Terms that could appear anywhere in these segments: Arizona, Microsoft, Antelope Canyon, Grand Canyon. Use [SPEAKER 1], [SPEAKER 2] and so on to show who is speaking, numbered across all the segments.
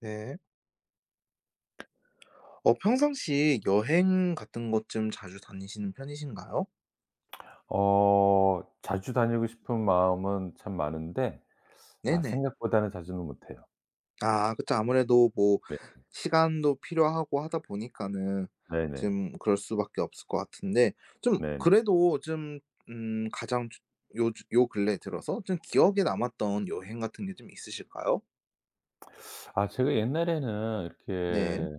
[SPEAKER 1] 네. 어 평상시 여행 같은 것 좀 자주 다니시는 편이신가요?
[SPEAKER 2] 어 자주 다니고 싶은 마음은 참 많은데
[SPEAKER 1] 네네.
[SPEAKER 2] 생각보다는 자주는 못 해요.
[SPEAKER 1] 아 그쵸. 아무래도 뭐
[SPEAKER 2] 네.
[SPEAKER 1] 시간도 필요하고 하다 보니까는
[SPEAKER 2] 네네.
[SPEAKER 1] 좀 그럴 수밖에 없을 것 같은데 좀
[SPEAKER 2] 네네.
[SPEAKER 1] 그래도 좀 가장 주 요 요 근래 들어서 좀 기억에 남았던 여행 같은 게 좀 있으실까요?
[SPEAKER 2] 아 제가 옛날에는
[SPEAKER 1] 네.
[SPEAKER 2] 이렇게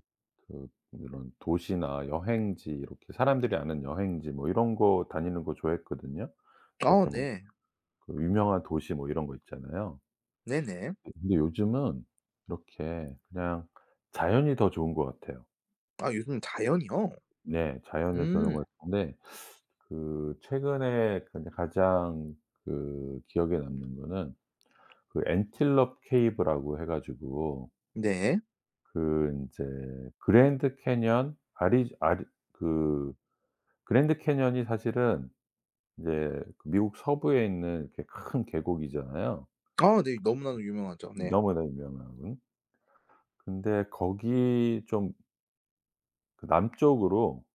[SPEAKER 2] 그 이런 도시나 여행지 이렇게 사람들이 아는 여행지 뭐 이런 거 다니는 거 좋아했거든요.
[SPEAKER 1] 아
[SPEAKER 2] 이렇게 뭐
[SPEAKER 1] 네.
[SPEAKER 2] 그 유명한 도시 뭐 이런 거 있잖아요.
[SPEAKER 1] 네네.
[SPEAKER 2] 예 근데 요즘은 이렇게 그냥 자연이 더 좋은 것 같아요.
[SPEAKER 1] 아 요즘 자연이요?
[SPEAKER 2] 네. 자연이 더 좋은
[SPEAKER 1] 음.
[SPEAKER 2] 것 같은데 그 최근에 근데 가장 그 기억에 남는 거는 그 엔틸럽 케이브라고 해 가지고
[SPEAKER 1] 네.
[SPEAKER 2] 그 인제 그랜드 캐니언 아리 아리 그 그랜드 캐니언이 사실은 인제 그 미국 서부에 있는 이렇게 큰 계곡이잖아요.
[SPEAKER 1] 아 네. 너무나도 유명하죠. 네.
[SPEAKER 2] 너무나 유명한. 근데 거기 좀 그 남쪽으로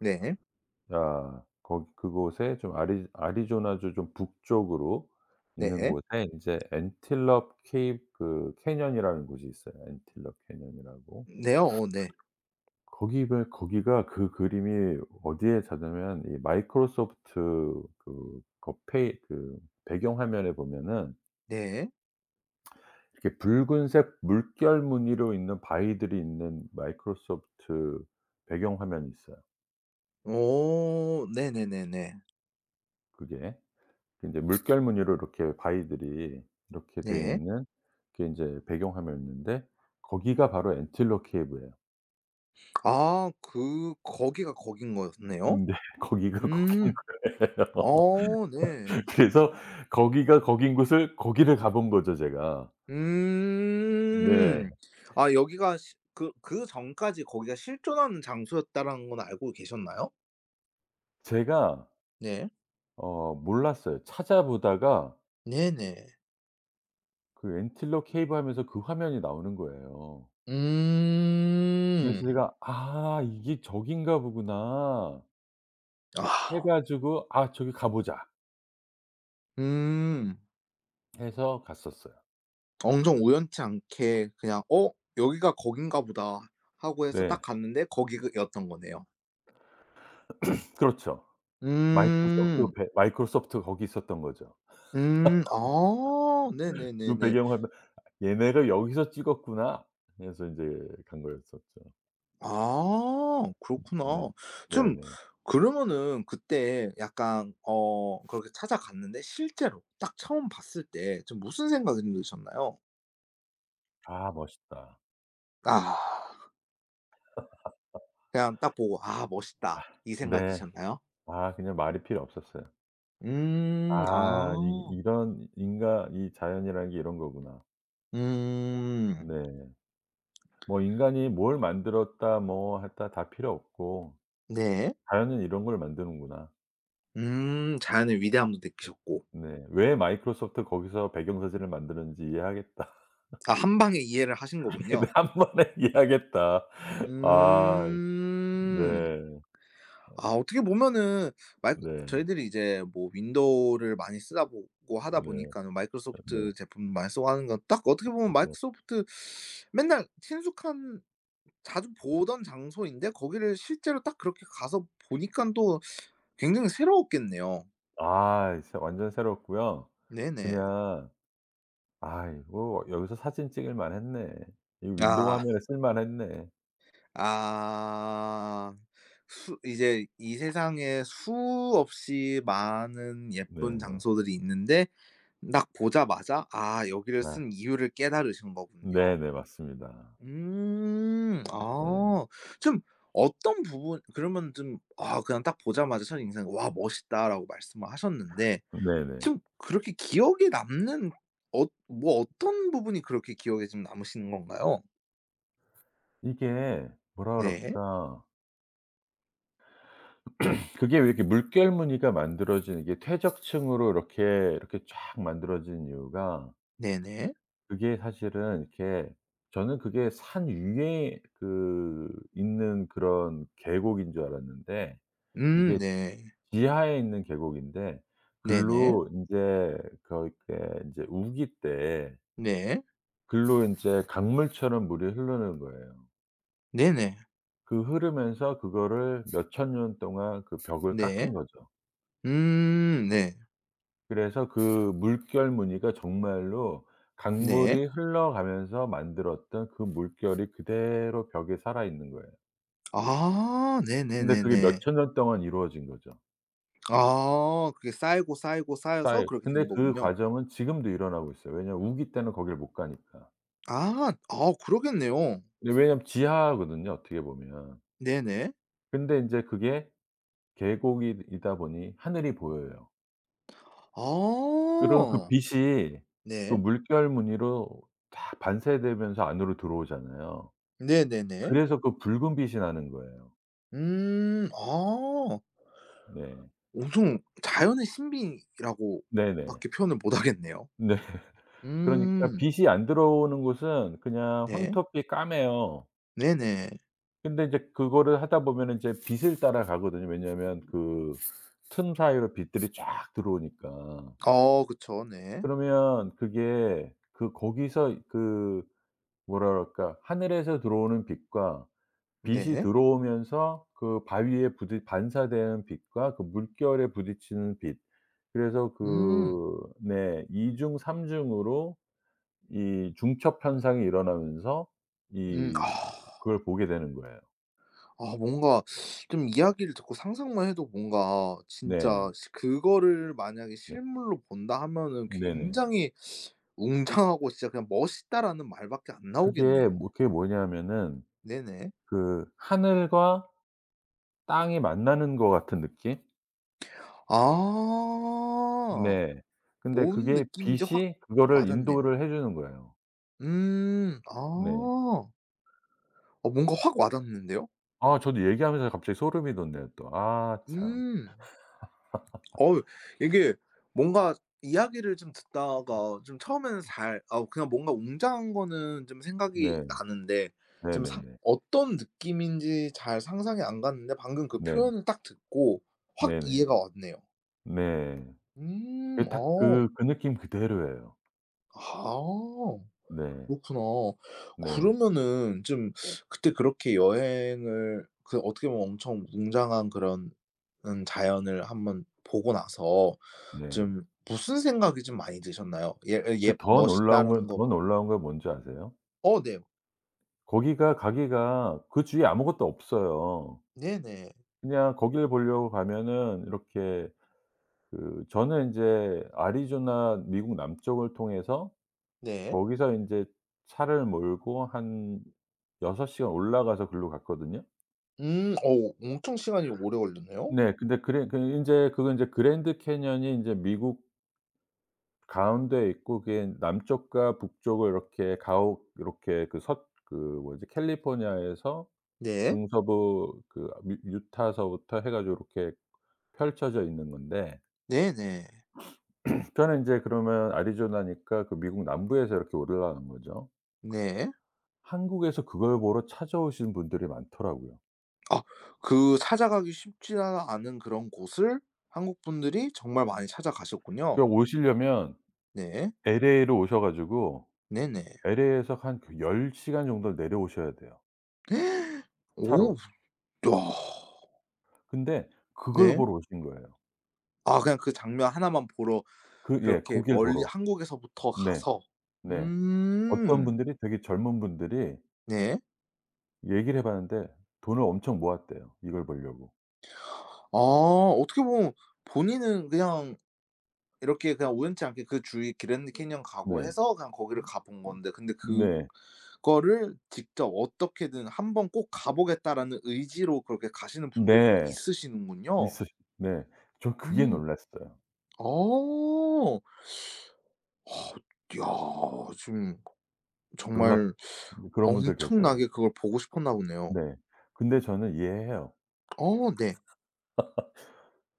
[SPEAKER 1] 네.
[SPEAKER 2] 야 거기 그곳에 좀 아리조나주 좀 북쪽으로 있는
[SPEAKER 1] 네.
[SPEAKER 2] 곳에 인제 엔틸럽 케이브 그 캐년이라는 곳이 있어요. 엔틸럽 캐년이라고.
[SPEAKER 1] 네요. 어 네.
[SPEAKER 2] 거기가 그 그림이 어디에 자냐면 이 마이크로소프트 그 거 페이 그 배경 화면에 보면은
[SPEAKER 1] 네.
[SPEAKER 2] 이렇게 붉은색 물결 무늬로 있는 바위들이 있는 마이크로소프트 배경 화면이 있어요,
[SPEAKER 1] 오 네네네네.
[SPEAKER 2] 그게. 이제 물결 무늬로 이렇게 바위들이 이렇게 돼
[SPEAKER 1] 네.
[SPEAKER 2] 있는 그게 인제 배경화면인데 거기가 바로 엔틸러 케이브예요.
[SPEAKER 1] 아 그 거기가 거긴 거였네요.
[SPEAKER 2] 네. 거기가 거긴
[SPEAKER 1] 음.
[SPEAKER 2] 거예요.
[SPEAKER 1] 어 네.
[SPEAKER 2] 그래서 거기가 거긴 곳을 거기를 가본 거죠 제가. 네.
[SPEAKER 1] 음. 아 여기가 시 그 그전까지 거기가 실존하는 장소였다라는 건 알고 계셨나요?
[SPEAKER 2] 제가
[SPEAKER 1] 네.
[SPEAKER 2] 몰랐어요. 찾아보다가
[SPEAKER 1] 네네.
[SPEAKER 2] 그 엔틸러 케이브 하면서 그 화면이 나오는 거예요.
[SPEAKER 1] 음.
[SPEAKER 2] 그래서 제가 '아 이게 저긴가 보구나.' 해
[SPEAKER 1] 아.
[SPEAKER 2] 가지고 '아 저기 가 보자.'
[SPEAKER 1] 음.
[SPEAKER 2] 해서 갔었어요.
[SPEAKER 1] 엄청 우연치 않게 그냥 '어 여기가 거긴가 보다.' 하고 해서
[SPEAKER 2] 네.
[SPEAKER 1] 딱 갔는데 거기 였던 거네요.
[SPEAKER 2] 그렇죠.
[SPEAKER 1] 음.
[SPEAKER 2] 마이크로소프트 거기 있었던 거죠.
[SPEAKER 1] 음. 아.
[SPEAKER 2] 그
[SPEAKER 1] 네네네네.
[SPEAKER 2] 배경화면 '얘네가 여기서 찍었구나.' 해서 인제 간 거였었죠.
[SPEAKER 1] 아.
[SPEAKER 2] 네.
[SPEAKER 1] 그렇구나. 좀
[SPEAKER 2] 네네.
[SPEAKER 1] 그러면은 그때 약간 어 그렇게 찾아갔는데 실제로 딱 처음 봤을 때 좀 무슨 생각이 드셨나요?
[SPEAKER 2] 아 멋있다.
[SPEAKER 1] 아. 그냥 딱 보고 '아 멋있다.' 이
[SPEAKER 2] 네.
[SPEAKER 1] 생각이셨나요?
[SPEAKER 2] 아 그냥 말이 필요 없었어요.
[SPEAKER 1] 음.
[SPEAKER 2] 아 이
[SPEAKER 1] 아.
[SPEAKER 2] 이런 인간 이 자연이라는 게 이런 거구나.
[SPEAKER 1] 음.
[SPEAKER 2] 네. 뭐 인간이 뭘 만들었다 뭐 했다 다 필요 없고
[SPEAKER 1] 네.
[SPEAKER 2] 자연은 이런 걸 만드는구나.
[SPEAKER 1] 음. 자연의 위대함도 느끼셨고.
[SPEAKER 2] 네. 왜 마이크로소프트 거기서 배경사진을 만드는지 이해하겠다.
[SPEAKER 1] 아 한방에 이해를 하신
[SPEAKER 2] 네,
[SPEAKER 1] 거군요.
[SPEAKER 2] 한 번에 이해하겠다. 아 네.
[SPEAKER 1] 음. 아 어떻게 보면은 마이
[SPEAKER 2] 네.
[SPEAKER 1] 저희들이 이제 뭐 윈도우를 많이 쓰다 보고 하다
[SPEAKER 2] 네.
[SPEAKER 1] 보니까는
[SPEAKER 2] 네.
[SPEAKER 1] 마이크로소프트 제품 많이 쓰고 하는 건 딱 어떻게 보면
[SPEAKER 2] 네.
[SPEAKER 1] 마이크로소프트 맨날 친숙한 자주 보던 장소인데 거기를 실제로 딱 그렇게 가서 보니깐 또 굉장히 새로웠겠네요.
[SPEAKER 2] 아 진짜 완전 새롭고요.
[SPEAKER 1] 네네.
[SPEAKER 2] 그냥 '아 이고 여기서 사진 찍을 만했네. 이 윈도우
[SPEAKER 1] 아.
[SPEAKER 2] 화면에 쓸 만했네.'
[SPEAKER 1] 아. 수 이제 이 세상에 수없이 많은 예쁜
[SPEAKER 2] 네네.
[SPEAKER 1] 장소들이 있는데 딱 보자마자 '아 여기를
[SPEAKER 2] 아
[SPEAKER 1] 쓴 이유를 깨달으신 거군요.'
[SPEAKER 2] 네네. 맞습니다.
[SPEAKER 1] 음.
[SPEAKER 2] 네.
[SPEAKER 1] 아. 좀 어떤 부분 그러면 좀 아 그냥 딱 보자마자 첫 인상 "와 멋있다."라고 말씀을 하셨는데
[SPEAKER 2] 네네.
[SPEAKER 1] 좀 그렇게 기억에 남는 어 뭐 어떤 부분이 그렇게 기억에 좀 남으시는 건가요?
[SPEAKER 2] 이게 뭐라
[SPEAKER 1] 네.
[SPEAKER 2] 그럴까. 그게 왜 이렇게 물결 무늬가 만들어진게 퇴적층으로 이렇게 쫙 만들어진 이유가
[SPEAKER 1] 네네.
[SPEAKER 2] 그게 사실은 이렇게 저는 그게 산 위에 그 있는 그런 계곡인 줄 알았는데 이게
[SPEAKER 1] 네.
[SPEAKER 2] 지하에 있는 계곡인데
[SPEAKER 1] 네네.
[SPEAKER 2] 글로 인제 거기 그 인제 우기 때
[SPEAKER 1] 네.
[SPEAKER 2] 글로 인제 강물처럼 물이 흐르는 거예요.
[SPEAKER 1] 네네.
[SPEAKER 2] 그 흐르면서 그거를 몇천 년 동안 그 벽을
[SPEAKER 1] 네.
[SPEAKER 2] 깎은 거죠.
[SPEAKER 1] 네.
[SPEAKER 2] 그래서 그 물결 무늬가 정말로
[SPEAKER 1] 네.
[SPEAKER 2] 강물이 흘러가면서 만들었던 그 물결이 그대로 벽에 살아있는 거예요.
[SPEAKER 1] 아
[SPEAKER 2] 근데 그게
[SPEAKER 1] 네네네네.
[SPEAKER 2] 몇천 년 동안 이루어진 거죠.
[SPEAKER 1] 아 그게 쌓이고, 쌓이고, 쌓여서
[SPEAKER 2] 쌓여
[SPEAKER 1] 그렇게
[SPEAKER 2] 근데
[SPEAKER 1] 된
[SPEAKER 2] 그
[SPEAKER 1] 거군요.
[SPEAKER 2] 과정은 지금도 일어나고 있어요. 왜냐하면 우기 때는 거기를 못 가니까.
[SPEAKER 1] 아. 아 그러겠네요.
[SPEAKER 2] 근데 왜냐하면 지하거든요 어떻게 보면.
[SPEAKER 1] 네네.
[SPEAKER 2] 근데 인제 그게 계곡이 이다 보니 하늘이 보여요. 그런 그
[SPEAKER 1] 아.
[SPEAKER 2] 빛이 그
[SPEAKER 1] 네.
[SPEAKER 2] 물결 무늬로 다 반사되면서 안으로 들어오잖아요.
[SPEAKER 1] 네네네.
[SPEAKER 2] 그래서 그 붉은 빛이 나는 거예요.
[SPEAKER 1] 음. 아.
[SPEAKER 2] 네.
[SPEAKER 1] 엄청 자연의 신비라고
[SPEAKER 2] 네네.
[SPEAKER 1] 밖에 표현을 못 하겠네요.
[SPEAKER 2] 네. 그러니까
[SPEAKER 1] 음.
[SPEAKER 2] 빛이 안 들어오는 곳은 그냥
[SPEAKER 1] 네.
[SPEAKER 2] 황토빛 까매요.
[SPEAKER 1] 네네.
[SPEAKER 2] 근데 이제 그거를 하다 보면은 이제 빛을 따라가거든요. 왜냐하면 그 틈 사이로 빛들이 쫙 들어오니까.
[SPEAKER 1] 어 그쵸. 네.
[SPEAKER 2] 그러면 그게 그 거기서 그 뭐라 그럴까 하늘에서 들어오는 빛과 빛이
[SPEAKER 1] 네.
[SPEAKER 2] 들어오면서 그 바위에 부딪 반사되는 빛과 그 물결에 부딪히는 빛. 그래서
[SPEAKER 1] 음.
[SPEAKER 2] 그 네 이중 삼 중으로 이 중첩 현상이 일어나면서
[SPEAKER 1] 음.
[SPEAKER 2] 이
[SPEAKER 1] 아.
[SPEAKER 2] 그걸 보게 되는 거예요.
[SPEAKER 1] 아 뭔가 좀 이야기를 듣고 상상만 해도 뭔가 진짜
[SPEAKER 2] 네.
[SPEAKER 1] 시 그거를 만약에
[SPEAKER 2] 네.
[SPEAKER 1] 실물로 본다 하면은
[SPEAKER 2] 네네.
[SPEAKER 1] 굉장히 웅장하고 진짜 그냥 "멋있다."라는 말밖에 안 나오겠네요.
[SPEAKER 2] 그게 뭐냐면은
[SPEAKER 1] 네네.
[SPEAKER 2] 그 하늘과 땅이 만나는 것 같은 느낌?
[SPEAKER 1] 아.
[SPEAKER 2] 네. 근데
[SPEAKER 1] 뭔
[SPEAKER 2] 그게
[SPEAKER 1] 느낌인지 확
[SPEAKER 2] 빛이 그거를
[SPEAKER 1] 와닿네요.
[SPEAKER 2] 인도를 해 주는 거예요.
[SPEAKER 1] 음.
[SPEAKER 2] 네.
[SPEAKER 1] 아. 어 뭔가 확 와닿는데요?
[SPEAKER 2] 아 저도 얘기하면서 갑자기 소름이 돋네요 또. 아 참.
[SPEAKER 1] 음. 어우 이게 뭔가 이야기를 좀 듣다가 좀 처음에는 잘 아 그냥 뭔가 웅장한 거는 좀 생각이
[SPEAKER 2] 네.
[SPEAKER 1] 나는데 좀 상
[SPEAKER 2] 네네네.
[SPEAKER 1] 어떤 느낌인지 잘 상상이 안 갔는데 방금 그
[SPEAKER 2] 네.
[SPEAKER 1] 표현을 딱 듣고 확
[SPEAKER 2] 네네.
[SPEAKER 1] 이해가 왔네요.
[SPEAKER 2] 네.
[SPEAKER 1] 음.
[SPEAKER 2] 그게 딱
[SPEAKER 1] 어.
[SPEAKER 2] 그 그 느낌 그대로예요.
[SPEAKER 1] 아.
[SPEAKER 2] 네.
[SPEAKER 1] 그렇구나.
[SPEAKER 2] 네.
[SPEAKER 1] 그러면은 좀 네. 그때 그렇게 여행을 그 어떻게 보면 엄청 웅장한 그런 자연을 한번 보고 나서
[SPEAKER 2] 네.
[SPEAKER 1] 좀 무슨 생각이 좀 많이 드셨나요? 예 예 예
[SPEAKER 2] 근데 더 놀라운
[SPEAKER 1] 멋있다라는
[SPEAKER 2] 건
[SPEAKER 1] 거
[SPEAKER 2] 더 놀라운 건 뭔지 아세요?
[SPEAKER 1] 어 네.
[SPEAKER 2] 거기가 가기가 그 주위에 아무것도 없어요.
[SPEAKER 1] 네네.
[SPEAKER 2] 그냥 거길 보려고 가면은 이렇게 그 저는 인제 애리조나 미국 남쪽을 통해서
[SPEAKER 1] 네.
[SPEAKER 2] 거기서 인제 차를 몰고 한 6 시간 올라가서 글로 갔거든요.
[SPEAKER 1] 어 엄청 시간이 오래 걸렸네요.
[SPEAKER 2] 네. 근데 그래 그 인제 그건 인제 그랜드 캐니언이 인제 미국 가운데에 있고 그게 남쪽과 북쪽을 이렇게 가옥 이렇게 그 서 그 뭐지 캘리포니아에서
[SPEAKER 1] 네.
[SPEAKER 2] 중서부 그 미 유타서부터 해 가지고 이렇게 펼쳐져 있는 건데
[SPEAKER 1] 네네.
[SPEAKER 2] 그러니이는제 그러면 애리조나니까 그 미국 남부에서 이렇게 오르라는 거죠.
[SPEAKER 1] 네.
[SPEAKER 2] 한국에서 그걸 보러 찾아오시는 분들이 많더라고요.
[SPEAKER 1] 아 그 찾아가기 쉽지 아 않은 그런 곳을 한국 분들이 정말 많이 찾아가셨군요.
[SPEAKER 2] 그러니까 오시려면
[SPEAKER 1] 네.
[SPEAKER 2] LA로 오셔 가지고
[SPEAKER 1] 네네.
[SPEAKER 2] LA에서 한 그 10 시간 정도 내려오셔야 돼요,
[SPEAKER 1] 오. 야.
[SPEAKER 2] 차로. 근데 그걸
[SPEAKER 1] 네.
[SPEAKER 2] 보러 오신 거예요.
[SPEAKER 1] 아 그냥 그 장면 하나만 보러
[SPEAKER 2] 그 예
[SPEAKER 1] 그렇게
[SPEAKER 2] 고길
[SPEAKER 1] 멀리
[SPEAKER 2] 보러.
[SPEAKER 1] 한국에서부터
[SPEAKER 2] 네.
[SPEAKER 1] 가서.
[SPEAKER 2] 네. 어떤
[SPEAKER 1] 음.
[SPEAKER 2] 분들이 되게 젊은 분들이
[SPEAKER 1] 네.
[SPEAKER 2] 얘기를 해 봤는데 돈을 엄청 모았대요, 이걸 보려고.
[SPEAKER 1] 아 어떻게 보면 본인은 그냥 이렇게 그냥 우연치 않게 그 주위 그랜드 캐니언 가고
[SPEAKER 2] 네.
[SPEAKER 1] 해서 그냥 거기를 가본 건데 근데
[SPEAKER 2] 네.
[SPEAKER 1] 그거를 직접 어떻게든 '한 번 꼭 가 보겠다.'라는 의지로 그렇게 가시는 분들도
[SPEAKER 2] 네.
[SPEAKER 1] 있으시는군요.
[SPEAKER 2] 있으시 네. 전 그게
[SPEAKER 1] 음.
[SPEAKER 2] 놀랐어요.
[SPEAKER 1] 어. 야 지금
[SPEAKER 2] 놀랍죠.
[SPEAKER 1] 정말
[SPEAKER 2] 그런 분들 계세요.
[SPEAKER 1] 엄청나게 그걸 보고 싶었나 보네요.
[SPEAKER 2] 네. 근데 저는 이해해요.
[SPEAKER 1] 어 네.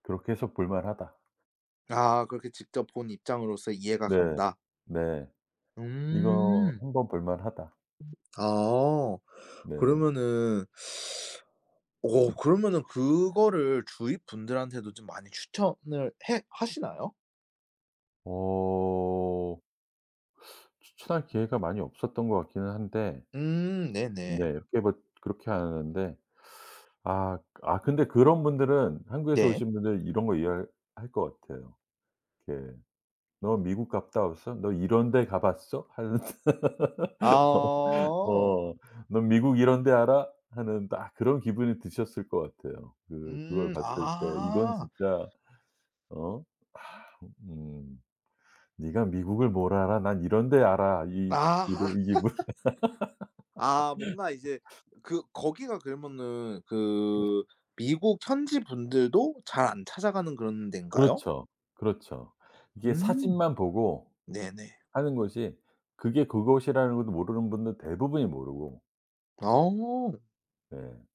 [SPEAKER 2] '그렇게 해서 볼만하다.'
[SPEAKER 1] 아 그렇게 직접 본 입장으로서 이해가
[SPEAKER 2] 네.
[SPEAKER 1] 간다.
[SPEAKER 2] 네. '이거
[SPEAKER 1] 음.
[SPEAKER 2] 한번 볼만하다.'
[SPEAKER 1] 아
[SPEAKER 2] 네.
[SPEAKER 1] 그러면은 어 그러면은 그거를 주위 분들한테도 좀 많이 추천을 해 하시나요?
[SPEAKER 2] 어 추천할 기회가 많이 없었던 것 같기는 한데 네
[SPEAKER 1] 네네.
[SPEAKER 2] 이렇게 뭐 그렇게 하는데 근데 그런 분들은 한국에서
[SPEAKER 1] 네.
[SPEAKER 2] 오신 분들은 이런 거 이해할 할 것 같아요. 이렇게 "너 미국 갔다 왔어? 너 이런 데 가 봤어?" 하는
[SPEAKER 1] 아.
[SPEAKER 2] 어. "넌 미국 이런 데 알아?" 하는 딱 그런 기분이 드셨을 것 같아요. 그 그걸
[SPEAKER 1] 음.
[SPEAKER 2] 봤을 때 이건
[SPEAKER 1] 아.
[SPEAKER 2] 진짜 어 음 '네가 미국을 뭘 알아? 난 이런 데 알아.' 이 딱
[SPEAKER 1] 아.
[SPEAKER 2] 이런 이 기분.
[SPEAKER 1] 아 뭔가 이제 그 거기가 그러면은 그 미국 현지 분들도 잘 안 찾아가는 그런 데인가요?
[SPEAKER 2] 그렇죠. 그렇죠. 이게
[SPEAKER 1] 음.
[SPEAKER 2] 사진만 보고
[SPEAKER 1] 네네.
[SPEAKER 2] 하는 것이 그게 그것이라는 것도 모르는 분들 대부분이 모르고.
[SPEAKER 1] 어.
[SPEAKER 2] 네.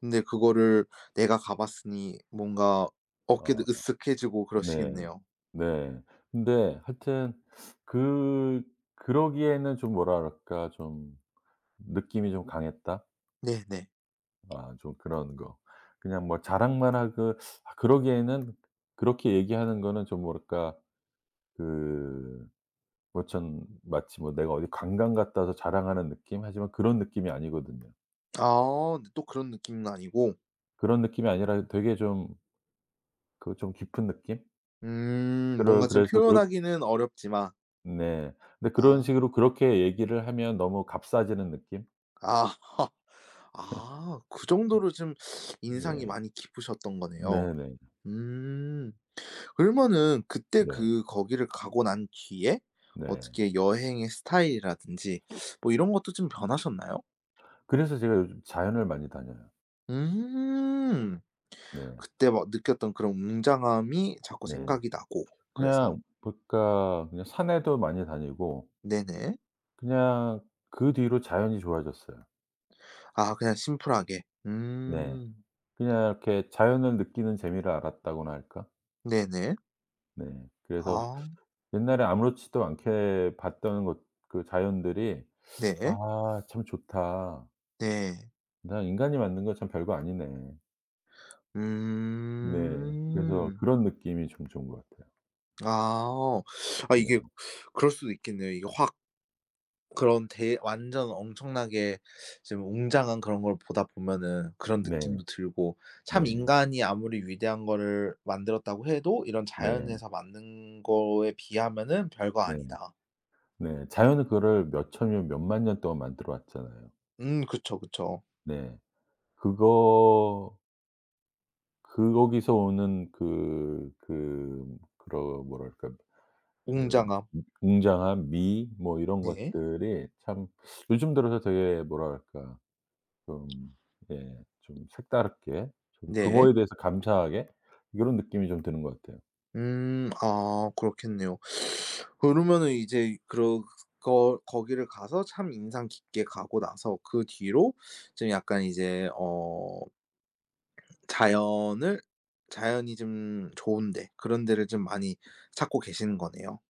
[SPEAKER 1] 근데 그거를 내가 가 봤으니 뭔가 어깨도
[SPEAKER 2] 아
[SPEAKER 1] 으쓱해지고
[SPEAKER 2] 네.
[SPEAKER 1] 그러시겠네요.
[SPEAKER 2] 네. 근데 하여튼 그 그러기에는 좀 뭐랄까 좀 느낌이 좀 강했다?
[SPEAKER 1] 네네.
[SPEAKER 2] 아 좀 그런 거. 그냥 뭐 자랑만 하고 아 그러기에는 그렇게 얘기하는 거는 좀 뭐랄까 그 뭐전 마치 뭐 내가 어디 관광 갔다 와서 자랑하는 느낌? 하지만 그런 느낌이 아니거든요.
[SPEAKER 1] 아 근데 또 그런 느낌은 아니고.
[SPEAKER 2] 그런 느낌이 아니라 되게 좀 그 좀 깊은 느낌? 그러
[SPEAKER 1] 뭔가 좀
[SPEAKER 2] 그래서 그렇
[SPEAKER 1] 표현하기는 어렵지만
[SPEAKER 2] 네. 근데 그런
[SPEAKER 1] 아.
[SPEAKER 2] 식으로 그렇게 얘기를 하면 너무 값싸지는 느낌?
[SPEAKER 1] 아. 아 그 정도로 좀 인상이
[SPEAKER 2] 예.
[SPEAKER 1] 많이 깊으셨던 거네요.
[SPEAKER 2] 네네.
[SPEAKER 1] 음. 그러면은 그때
[SPEAKER 2] 네.
[SPEAKER 1] 그 거기를 가고 난 뒤에
[SPEAKER 2] 네.
[SPEAKER 1] 어떻게 여행의 스타일이라든지 뭐 이런 것도 좀 변하셨나요?
[SPEAKER 2] 그래서 제가 요즘 자연을 많이 다녀요.
[SPEAKER 1] 음.
[SPEAKER 2] 네.
[SPEAKER 1] 그때 막 느꼈던 그런 웅장함이 자꾸
[SPEAKER 2] 네.
[SPEAKER 1] 생각이 나고 그래서.
[SPEAKER 2] 그냥 그러니까 그냥 산에도 많이 다니고
[SPEAKER 1] 네네.
[SPEAKER 2] 그냥 그 뒤로 자연이 좋아졌어요.
[SPEAKER 1] 아 그냥 심플하게.
[SPEAKER 2] 네.
[SPEAKER 1] 음.
[SPEAKER 2] 그냥 이렇게 자연을 느끼는 재미를 알았다고나 할까?
[SPEAKER 1] 네네.
[SPEAKER 2] 네. 그래서
[SPEAKER 1] 아
[SPEAKER 2] 옛날에 아무렇지도 않게 봤던 것 그 자연들이
[SPEAKER 1] 네.
[SPEAKER 2] '아 참 좋다.
[SPEAKER 1] 네.
[SPEAKER 2] 나 인간이 만든 거 참 별거 아니네.' 네. 그래서
[SPEAKER 1] 음.
[SPEAKER 2] 그런 느낌이 좀 좋은 것 같아요.
[SPEAKER 1] 아. 아
[SPEAKER 2] 네.
[SPEAKER 1] 이게 그럴 수도 있겠네요. 이게 확 그런 대 완전 엄청나게 지금 웅장한 그런 걸 보다 보면은 그런
[SPEAKER 2] 네.
[SPEAKER 1] 느낌도 들고 참
[SPEAKER 2] 네.
[SPEAKER 1] 인간이 아무리 위대한 거를 만들었다고 해도 이런
[SPEAKER 2] 네.
[SPEAKER 1] 자연에서 만든 거에 비하면은 별거
[SPEAKER 2] 네.
[SPEAKER 1] 아니다.
[SPEAKER 2] 네. 자연은 그거를 몇천 년 몇만 년 동안 만들어 왔잖아요.
[SPEAKER 1] 그쵸, 그쵸.
[SPEAKER 2] 네. 그거 거기서 오는 그런 뭐랄까 그
[SPEAKER 1] 웅장함.
[SPEAKER 2] 웅장한 미 뭐 이런
[SPEAKER 1] 네.
[SPEAKER 2] 것들이 참 요즘 들어서 되게 뭐랄까 좀 예 좀 색다르게 좀
[SPEAKER 1] 네.
[SPEAKER 2] 그거에 대해서 감사하게 요런 느낌이 좀 드는 것 같아요.
[SPEAKER 1] 아 그렇겠네요. 그러면은 이제 그러 거 거기를 가서 참 인상 깊게 가고 나서 그 뒤로 좀 약간 이제 어 자연을 자연이 좀 좋은데 그런 데를 좀 많이 찾고 계시는 거네요.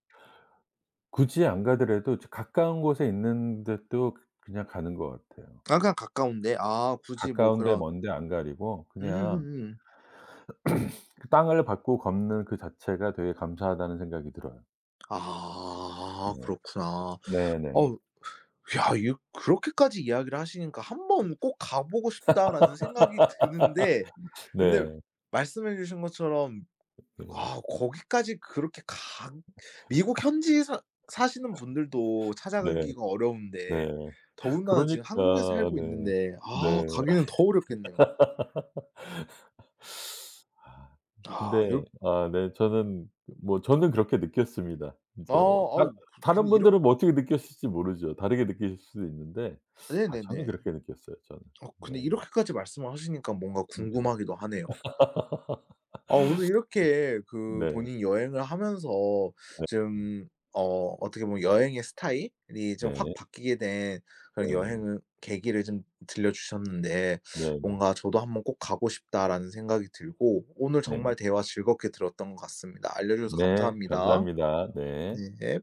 [SPEAKER 2] 굳이 안 가더라도 저 가까운 곳에 있는 데도 그냥 가는 것 같아요.
[SPEAKER 1] 아 그냥 가까운데 아 굳이 뭐
[SPEAKER 2] 가까운 데
[SPEAKER 1] 그런
[SPEAKER 2] 먼데 안 가리고 그냥
[SPEAKER 1] 음음음.
[SPEAKER 2] 그 땅을 밟고 걷는 그 자체가 되게 감사하다는 생각이 들어요.
[SPEAKER 1] 아
[SPEAKER 2] 네.
[SPEAKER 1] 그렇구나.
[SPEAKER 2] 네네.
[SPEAKER 1] 어우 야 이 그렇게까지 이야기를 하시니까 '한 번 꼭 가 보고 싶다.'라는 생각이 드는데 근데
[SPEAKER 2] 네.
[SPEAKER 1] 말씀해 주신 것처럼
[SPEAKER 2] 네.
[SPEAKER 1] 아 거기까지 그렇게 가 미국 현지에 사 사시는 분들도
[SPEAKER 2] 네.
[SPEAKER 1] 찾아가기가
[SPEAKER 2] 네.
[SPEAKER 1] 어려운데 더군다나 지금
[SPEAKER 2] 그러니까
[SPEAKER 1] 한국에 살고
[SPEAKER 2] 네.
[SPEAKER 1] 있는데 아
[SPEAKER 2] 네.
[SPEAKER 1] 가기는 더 어렵겠네요. 아 여
[SPEAKER 2] 근데 아네 저는 뭐 저는 그렇게 느꼈습니다.
[SPEAKER 1] 아
[SPEAKER 2] 인제 다
[SPEAKER 1] 아유 그 근데
[SPEAKER 2] 다른
[SPEAKER 1] 이렇
[SPEAKER 2] 분들은 뭐 어떻게 느꼈을지 모르죠. 다르게 느끼실 수도 있는데 아 저는
[SPEAKER 1] 네네네.
[SPEAKER 2] 그렇게 느꼈어요, 저는.
[SPEAKER 1] 어
[SPEAKER 2] 네.
[SPEAKER 1] 근데 이렇게까지 말씀을 하시니까 뭔가
[SPEAKER 2] 음음.
[SPEAKER 1] 궁금하기도 하네요. 어 오늘 이렇게 그
[SPEAKER 2] 네.
[SPEAKER 1] 본인 여행을 하면서
[SPEAKER 2] 네. 음.
[SPEAKER 1] 좀 어 어떻게 보면 여행의 스타일이 좀 확
[SPEAKER 2] 네.
[SPEAKER 1] 바뀌게 된 그런
[SPEAKER 2] 네.
[SPEAKER 1] 여행 계기를 좀 들려 주셨는데
[SPEAKER 2] 네네.
[SPEAKER 1] 뭔가 '저도 한번 꼭 가고 싶다.'라는 생각이 들고 오늘 정말
[SPEAKER 2] 네네.
[SPEAKER 1] 대화 즐겁게 들었던 것 같습니다. 알려 주셔서
[SPEAKER 2] 네.
[SPEAKER 1] 감사합니다.
[SPEAKER 2] 감사합니다. 네.
[SPEAKER 1] 네.